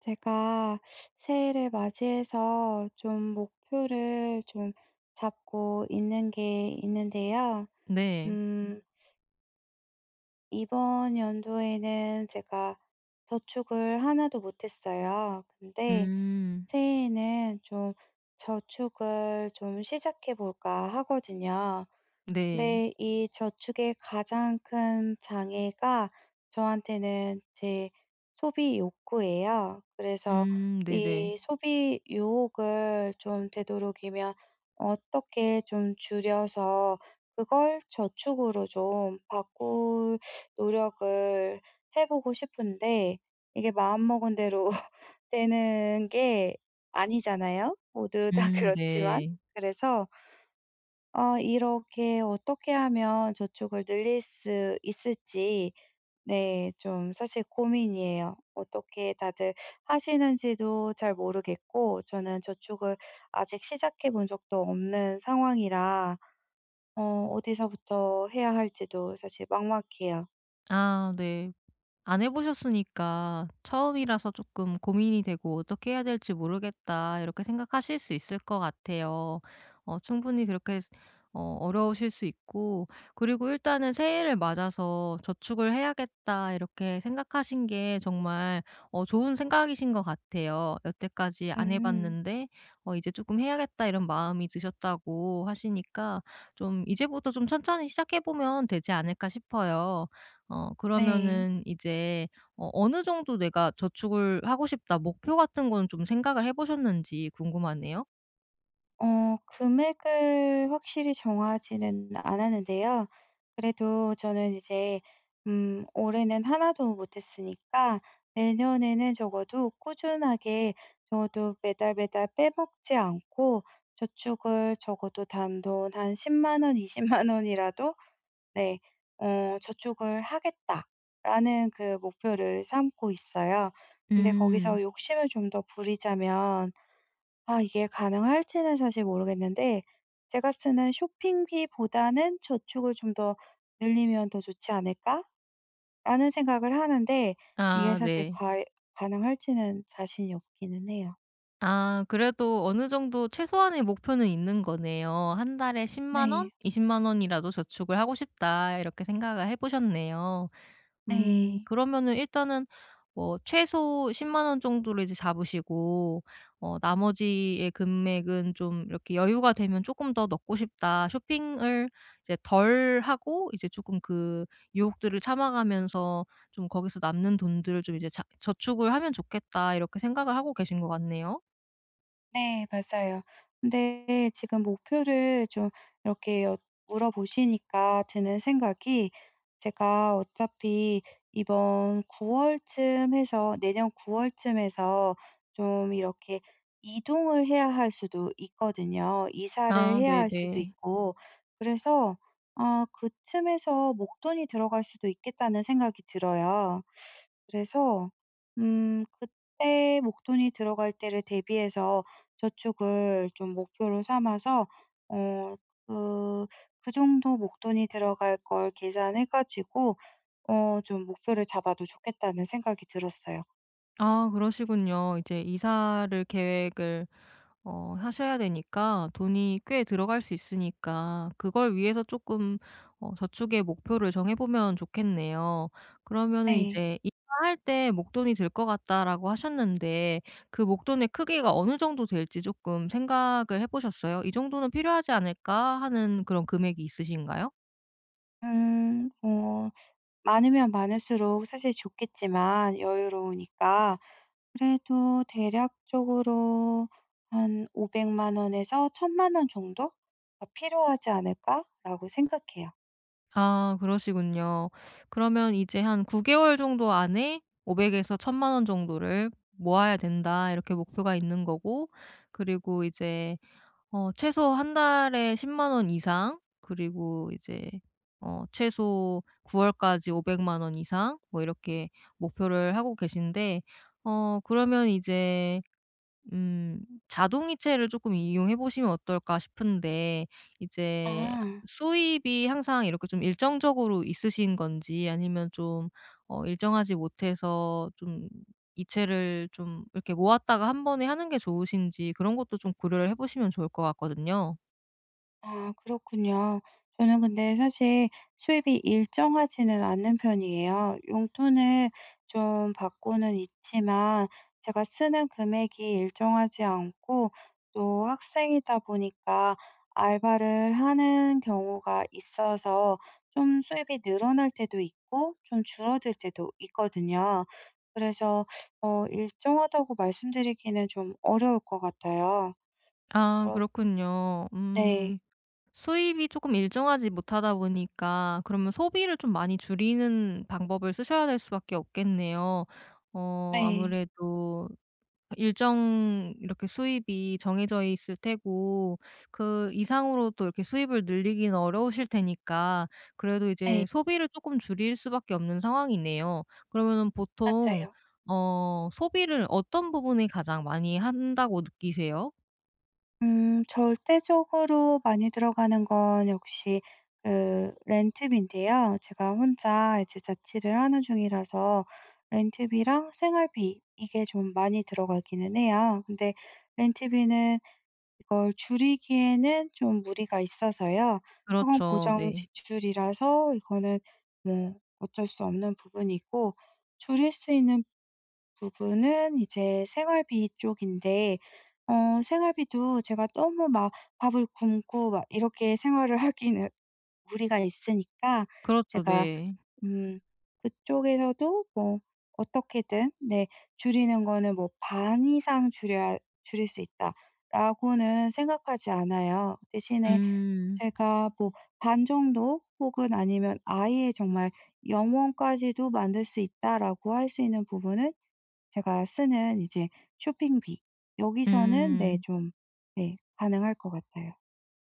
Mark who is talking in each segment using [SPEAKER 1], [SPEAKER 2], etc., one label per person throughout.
[SPEAKER 1] 제가 새해를 맞이해서 좀 목표를 좀 잡고 있는 게 있는데요.
[SPEAKER 2] 네.
[SPEAKER 1] 음, 이번 연도에는 제가 저축을 하나도 못했어요. 근데
[SPEAKER 2] 음.
[SPEAKER 1] 새해에는 좀 저축을 좀 시작해 볼까 하거든요.
[SPEAKER 2] 네.
[SPEAKER 1] 네. 이 저축의 가장 큰 장애가 저한테는 제 소비 욕구예요. 그래서
[SPEAKER 2] 네네.
[SPEAKER 1] 이 소비 유혹을 좀 되도록이면 어떻게 좀 줄여서 그걸 저축으로 좀 바꿀 노력을 해 보고 싶은데 이게 마음먹은 대로 되는 게 아니잖아요, 모두 다 그렇지만.
[SPEAKER 2] 네.
[SPEAKER 1] 그래서 이렇게 어떻게 하면 저축을 늘릴 수 있을지 네 좀 사실 고민이에요. 어떻게 다들 하시는지도 잘 모르겠고 저는 저축을 아직 시작해 본 적도 없는 상황이라 어 어디서부터 해야 할지도 사실 막막해요.
[SPEAKER 2] 아 네. 안 해 보셨으니까 처음이라서 조금 고민이 되고 '어떻게 해야 될지 모르겠다.' 이렇게 생각하실 수 있을 것 같아요. 충분히 그렇게 어려우실 수 있고, 그리고 일단은 '새해를 맞아서 저축을 해야겠다.' 이렇게 생각하신 게 정말 좋은 생각이신 것 같아요. 여태까지 안 해
[SPEAKER 1] 음.
[SPEAKER 2] 봤는데 '이제 조금 해야겠다.' 이런 마음이 드셨다고 하시니까, 좀 '이제부터 좀 천천히 시작해 보면 되지 않을까?' 싶어요.
[SPEAKER 1] 네.
[SPEAKER 2] 그러면은 이제 어느 정도 내가 '저축을 하고 싶다.' 목표 같은 거는 좀 생각을 해 보셨는지 궁금하네요.
[SPEAKER 1] 금액을 확실히 정하지는 않았는데요. 그래도 저는 이제 올해는 하나도 못 했으니까 내년에는 적어도 꾸준하게 적어도 매달 매달 빼먹지 않고 저축을 적어도 단돈 한 10원, 20만 원이라도 네 '저축을 하겠다.'라는 그 목표를 삼고 있어요. 근데
[SPEAKER 2] 음.
[SPEAKER 1] 거기서 욕심을 좀 더 부리자면 이게 가능할지는 사실 모르겠는데 제가 쓰는 '쇼핑비보다는 저축을 좀 더 늘리면 더 좋지 않을까?'라는 생각을 하는데 이게
[SPEAKER 2] 아
[SPEAKER 1] 사실
[SPEAKER 2] 네.
[SPEAKER 1] 가 가능할지는 자신이 없기는 해요.
[SPEAKER 2] 아 그래도 어느 정도 최소한의 목표는 있는 거네요. '한 달에 10원,
[SPEAKER 1] 네.
[SPEAKER 2] 2 0만 원이라도 저축을 하고 싶다.' 이렇게 생각을 해 보셨네요.
[SPEAKER 1] 네.
[SPEAKER 2] 그러면은 일단은 뭐 최소 10원 정도를 이제 잡으시고, 나머지의 금액은 좀 이렇게 여유가 되면 조금 더 넣고 싶다.' 쇼핑을 이제 덜 하고 이제 조금 그 유혹들을 참아가면서 좀 '거기서 남는 돈들을 좀 이제 자 저축을 하면 좋겠다.' 이렇게 생각을 하고 계신 것 같네요.
[SPEAKER 1] 네 맞아요. 근데 지금 목표를 좀 이렇게 여 물어보시니까 드는 생각이 제가 어차피 이번 9 월쯤 해서 내년 9 월쯤에서 좀 이렇게 이동을 해야 할 수도 있거든요. 이사를
[SPEAKER 2] 아
[SPEAKER 1] 해야 할 수도
[SPEAKER 2] 네네.
[SPEAKER 1] 있고 그래서 그쯤에서 목돈이 들어갈 수도 있겠다는 생각이 들어요. 그래서 그때 목돈이 들어갈 때를 대비해서 저축을 좀 목표로 삼아서 어 그 그 정도 목돈이 들어갈 걸 계산해 가지고 좀 목표를 잡아도 좋겠다는 생각이 들었어요.
[SPEAKER 2] 아 그러시군요. 이제 이사를 계획을 하셔야 되니까 돈이 꽤 들어갈 수 있으니까, 그걸 위해서 조금 저축의 목표를 정해 보면 좋겠네요. 그러면은
[SPEAKER 1] 네.
[SPEAKER 2] 이제 이사할 때 목돈이 들 것 같다."라고 하셨는데, 그 목돈의 크기가 어느 정도 될지 조금 생각을 해 보셨어요? '이 정도는 필요하지 않을까?' 하는 그런 금액이 있으신가요?
[SPEAKER 1] 뭐 많으면 많을수록 사실 좋겠지만 여유로우니까 그래도 대략적으로 한 500만 원에서 1,000만 원 정도가 필요하지 않을까라고 생각해요.
[SPEAKER 2] 아 그러시군요. 그러면 이제 한 9개월 정도 안에 500에서 1,000만 원 정도를 모아야 된다, 이렇게 목표가 있는 거고, 그리고 이제 최소 한 달에 10만 원 이상, 그리고 이제 최소 9 월까지 500만 원 이상, 뭐 이렇게 목표를 하고 계신데, 그러면 이제 음 자동이체를 조금 이용해 보시면 어떨까 싶은데, 이제
[SPEAKER 1] 아.
[SPEAKER 2] 수입이 항상 이렇게 좀 일정적으로 있으신 건지 아니면 좀 일정하지 못해서 좀 이체를 좀 이렇게 모았다가 한 번에 하는 게 좋으신지, 그런 것도 좀 고려를 해 보시면 좋을 것 같거든요.
[SPEAKER 1] 아 그렇군요. 저는 근데 사실 수입이 일정하지는 않는 편이에요. 용돈을 좀 받고는 있지만 제가 쓰는 금액이 일정하지 않고 또 학생이다 보니까 알바를 하는 경우가 있어서 좀 수입이 늘어날 때도 있고 좀 줄어들 때도 있거든요. 그래서 일정하다고 말씀드리기는 좀 어려울 것 같아요.
[SPEAKER 2] 아 그렇군요.
[SPEAKER 1] 네.
[SPEAKER 2] 수입이 조금 일정하지 못하다 보니까, 그러면 소비를 좀 많이 줄이는 방법을 쓰셔야 될 수밖에 없겠네요.
[SPEAKER 1] 네.
[SPEAKER 2] 아무래도 일정 이렇게 수입이 정해져 있을 테고, 그 이상으로 또 이렇게 수입을 늘리기는 어려우실 테니까, 그래도
[SPEAKER 1] 네.
[SPEAKER 2] 이제 소비를 조금 줄일 수밖에 없는 상황이네요. 그러면은 보통
[SPEAKER 1] 맞아요.
[SPEAKER 2] 소비를 어떤 부분이 가장 많이 한다고 느끼세요?
[SPEAKER 1] 절대적으로 많이 들어가는 건 역시 그 렌트비인데요. 제가 혼자 이제 자취를 하는 중이라서 렌트비랑 생활비 이게 좀 많이 들어가기는 해요. 근데 렌트비는 이걸 줄이기에는 좀 무리가 있어서요. 그건
[SPEAKER 2] 그렇죠.
[SPEAKER 1] 고정
[SPEAKER 2] 네.
[SPEAKER 1] 지출이라서 이거는 뭐 어쩔 수 없는 부분이고 줄일 수 있는 부분은 이제 생활비 쪽인데 생활비도 제가 너무 막 밥을 굶고 막 이렇게 생활을 하기는 무리가 있으니까
[SPEAKER 2] 그렇죠.
[SPEAKER 1] 제가
[SPEAKER 2] 네.
[SPEAKER 1] 음 그쪽에서도 뭐 어떻게든 네 줄이는 거는 뭐 '반 이상 줄여야 줄일 수 있다.'라고는 생각하지 않아요. 대신에
[SPEAKER 2] 음.
[SPEAKER 1] 제가 뭐 반 정도 혹은 아니면 아예 정말 '영원까지도 만들 수 있다.'라고 할 수 있는 부분은 제가 쓰는 이제 쇼핑비 여기서는 네
[SPEAKER 2] 음.
[SPEAKER 1] 좀 네 가능할 것 같아요.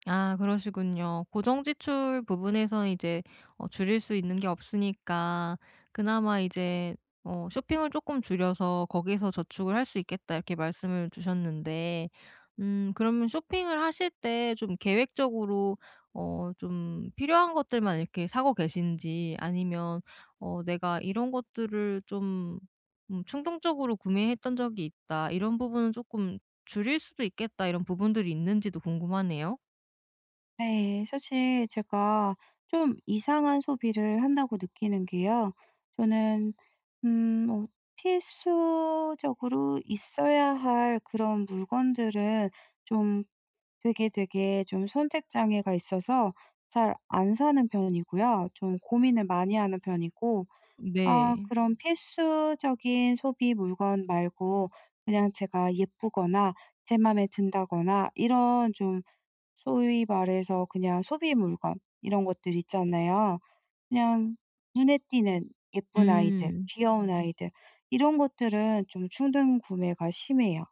[SPEAKER 2] 아 그러시군요. 고정 지출 부분에서 이제 줄일 수 있는 게 없으니까, 그나마 이제 "쇼핑을 조금 줄여서 거기에서 저축을 할 수 있겠다." 이렇게 말씀을 주셨는데, 그러면 쇼핑을 하실 때 좀 계획적으로 좀 필요한 것들만 이렇게 사고 계신지, 아니면 '내가 이런 것들을 좀 충동적으로 구매했던 적이 있다. 이런 부분은 조금 줄일 수도 있겠다.' 이런 부분들이 있는지도 궁금하네요.
[SPEAKER 1] 네. 사실 제가 좀 이상한 소비를 한다고 느끼는 게요. 저는 뭐 필수적으로 있어야 할 그런 물건들은 좀 되게, 되게 좀 선택 장애가 있어서 잘 안 사는 편이고요. 좀 고민을 많이 하는 편이고 아
[SPEAKER 2] 네.
[SPEAKER 1] 그럼 필수적인 소비 물건 말고 그냥 제가 예쁘거나 제 맘에 든다거나 이런 좀 소위 말해서 그냥 소비 물건 이런 것들 있잖아요. 그냥 눈에 띄는 예쁜 아이들,
[SPEAKER 2] 음.
[SPEAKER 1] 귀여운 아이들 이런 것들은 좀 충동 구매가 심해요.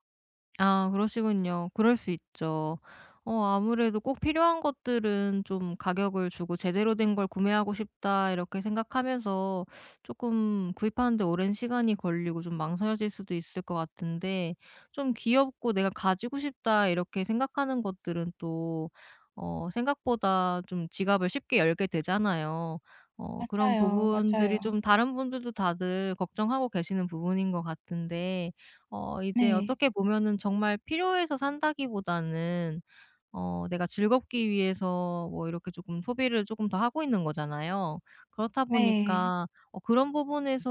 [SPEAKER 2] 아 그러시군요. 그럴 수 있죠. 아무래도 꼭 필요한 것들은 좀 가격을 주고 '제대로 된 걸 구매하고 싶다.' 이렇게 생각하면서, 조금 구입하는 데 오랜 시간이 걸리고 좀 망설여질 수도 있을 것 같은데, 좀 귀엽고 '내가 가지고 싶다.' 이렇게 생각하는 것들은 또 생각보다 좀 지갑을 쉽게 열게 되잖아요. 그런
[SPEAKER 1] 맞아요,
[SPEAKER 2] 부분들이
[SPEAKER 1] 맞아요.
[SPEAKER 2] 좀 다른 분들도 다들 걱정하고 계시는 부분인 것 같은데, 이제
[SPEAKER 1] 네.
[SPEAKER 2] 어떻게 보면은 정말 필요해서 산다기보다는 내가 즐겁기 위해서 뭐 이렇게 조금 소비를 조금 더 하고 있는 거잖아요. 그렇다
[SPEAKER 1] 네.
[SPEAKER 2] 보니까 그런 부분에서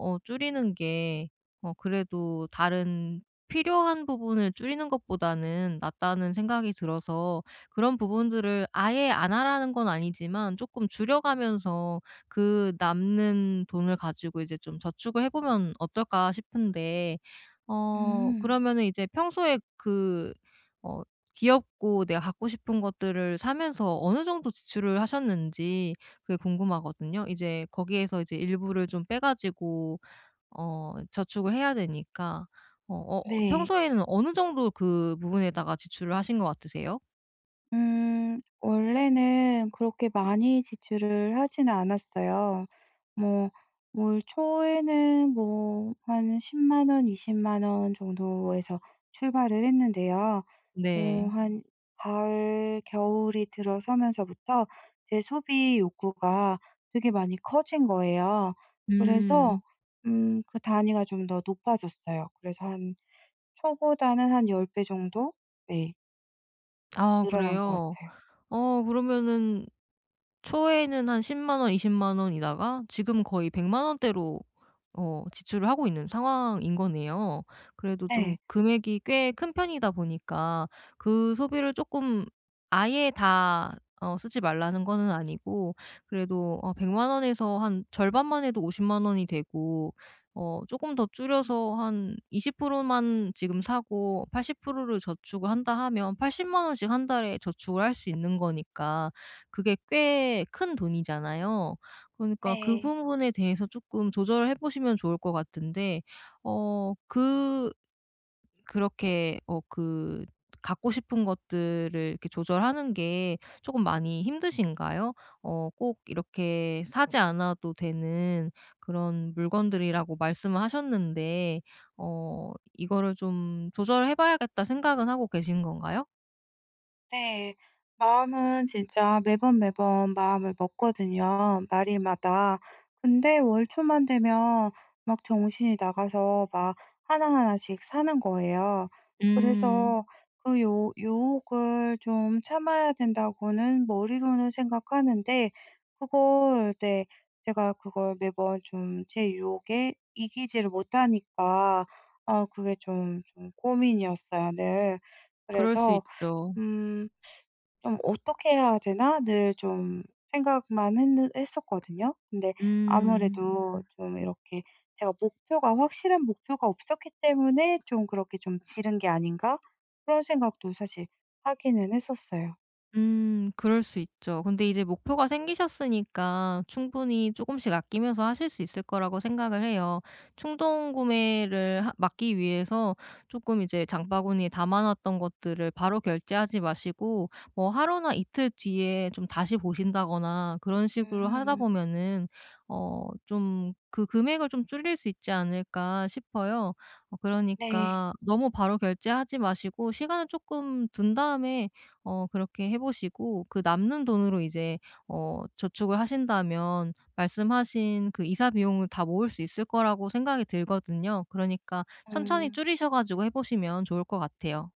[SPEAKER 2] 줄이는 게, 그래도 다른 필요한 부분을 줄이는 것보다는 낫다는 생각이 들어서, 그런 부분들을 아예 안 하라는 건 아니지만 조금 줄여가면서 그 남는 돈을 가지고 이제 좀 저축을 해 보면 어떨까 싶은데,
[SPEAKER 1] 음.
[SPEAKER 2] 그러면은 이제 평소에 그어 귀엽고 내가 갖고 싶은 것들을 사면서 어느 정도 지출을 하셨는지 그게 궁금하거든요. 이제 거기에서 이제 일부를 좀 빼 가지고 저축을 해야 되니까, 어 어
[SPEAKER 1] 네.
[SPEAKER 2] 평소에는 어느 정도 그 부분에다가 지출을 하신 것 같으세요?
[SPEAKER 1] 원래는 그렇게 많이 지출을 하지는 않았어요. 뭐 올 초에는 뭐 한 10만 원, 20만 원 정도에서 출발을 했는데요.
[SPEAKER 2] 네.
[SPEAKER 1] 한 가을, 겨울이 들어서면서부터 제 소비 욕구가 되게 많이 커진 거예요.
[SPEAKER 2] 음.
[SPEAKER 1] 그래서 그 단위가 좀 더 높아졌어요. 그래서 한 초보다는 한 10배 정도 네
[SPEAKER 2] 아
[SPEAKER 1] 늘어난 것
[SPEAKER 2] 그래요?
[SPEAKER 1] 같아요.
[SPEAKER 2] 그러면은 초에는 한 10원, 2 0만 원이다가 지금 거의 100원대로 지출을 하고 있는 상황인 거네요. 그래도 좀
[SPEAKER 1] 네.
[SPEAKER 2] 금액이 꽤 큰 편이다 보니까, 그 소비를 쪼끔 아예 다 쓰지 말라는 거는 아니고, 그래도 100원에서 한 절반만 해도 5 0만 원이 되고, 쪼끔 더 줄여서 한 20%만 지금 사고 80%를 저축을 한다 하면 8 0만 원씩 한 달에 저축을 할 수 있는 거니까, 그게 꽤 큰 돈이잖아요. 그러니까 그
[SPEAKER 1] 네.
[SPEAKER 2] 부분에 대해서 조금 조절을 해 보시면 좋을 것 같은데, 어 그 그렇게 그 갖고 싶은 것들을 이렇게 조절하는 게 조금 많이 힘드신가요? 꼭 이렇게 사지 않아도 되는 그런 물건들이라고 말씀을 하셨는데, 이거를 좀 '조절해 봐야겠다.' 생각은 하고 계신 건가요?
[SPEAKER 1] 네. 마음은 진짜 매번 매번 마음을 먹거든요, 말일마다. 근데 월 초만 되면 막 정신이 나가서 막 하나하나씩 사는 거예요.
[SPEAKER 2] 음.
[SPEAKER 1] 그래서 요 유혹을 좀 참아야 된다고는 머리로는 생각하는데 그걸 네 제가 그걸 매번 좀 제 유혹에 이기지를 못하니까 아 그게 좀 고민이었어요 늘.
[SPEAKER 2] 그럴 수
[SPEAKER 1] 그래서
[SPEAKER 2] 있죠.
[SPEAKER 1] 음 좀 '어떻게 해야 되나?' 늘 좀 생각만 했 했었거든요. 근데
[SPEAKER 2] 음.
[SPEAKER 1] 아무래도 좀 이렇게 제가 목표가 확실한 목표가 없었기 때문에 좀 그렇게 좀 '지른 게 아닌가?' 그런 생각도 사실 하기는 했었어요.
[SPEAKER 2] 그럴 수 있죠. 근데 이제 목표가 생기셨으니까 충분히 조금씩 아끼면서 하실 수 있을 거라고 생각을 해요. 충동 구매를 하 막기 위해서 조금 이제 장바구니에 담아 놨던 것들을 바로 결제하지 마시고, 뭐 하루나 이틀 뒤에 좀 다시 보신다거나 그런 식으로 하다
[SPEAKER 1] 음.
[SPEAKER 2] 보면은 좀 그 금액을 좀 줄일 수 있지 않을까 싶어요.
[SPEAKER 1] 네.
[SPEAKER 2] 그러니까 너무 바로 결제하지 마시고 시간을 조금 둔 다음에 그렇게 해 보시고, 그 남는 돈으로 이제 저축을 하신다면 말씀하신 그 이사 비용을 다 모을 수 있을 거라고 생각이 들거든요. 그러니까 천천히
[SPEAKER 1] 음.
[SPEAKER 2] 줄이셔 가지고 해 보시면 좋을 것 같아요.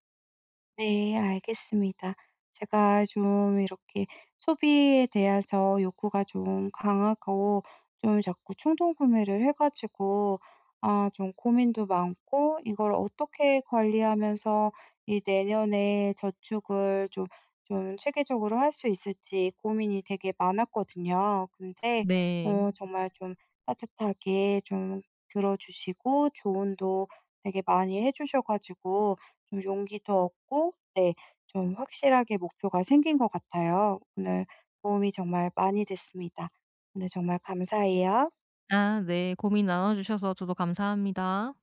[SPEAKER 1] 네, 알겠습니다. 제가 좀 이렇게 소비에 대해서 욕구가 좀 강하고 좀 자꾸 충동 구매를 해가지고 아, 좀 고민도 많고 이걸 어떻게 관리하면서 이 내년에 저축을 좀 체계적으로 할 수 있을지 고민이 되게 많았거든요. 근데
[SPEAKER 2] 네.
[SPEAKER 1] 정말 좀 따뜻하게 좀 들어주시고 조언도 되게 많이 해주셔가지고 좀 용기도 얻고 네 좀 확실하게 목표가 생긴 것 같아요. 오늘 도움이 정말 많이 됐습니다. 오늘 정말 감사해요.
[SPEAKER 2] 아 네. 고민 나눠 주셔서 저도 감사합니다.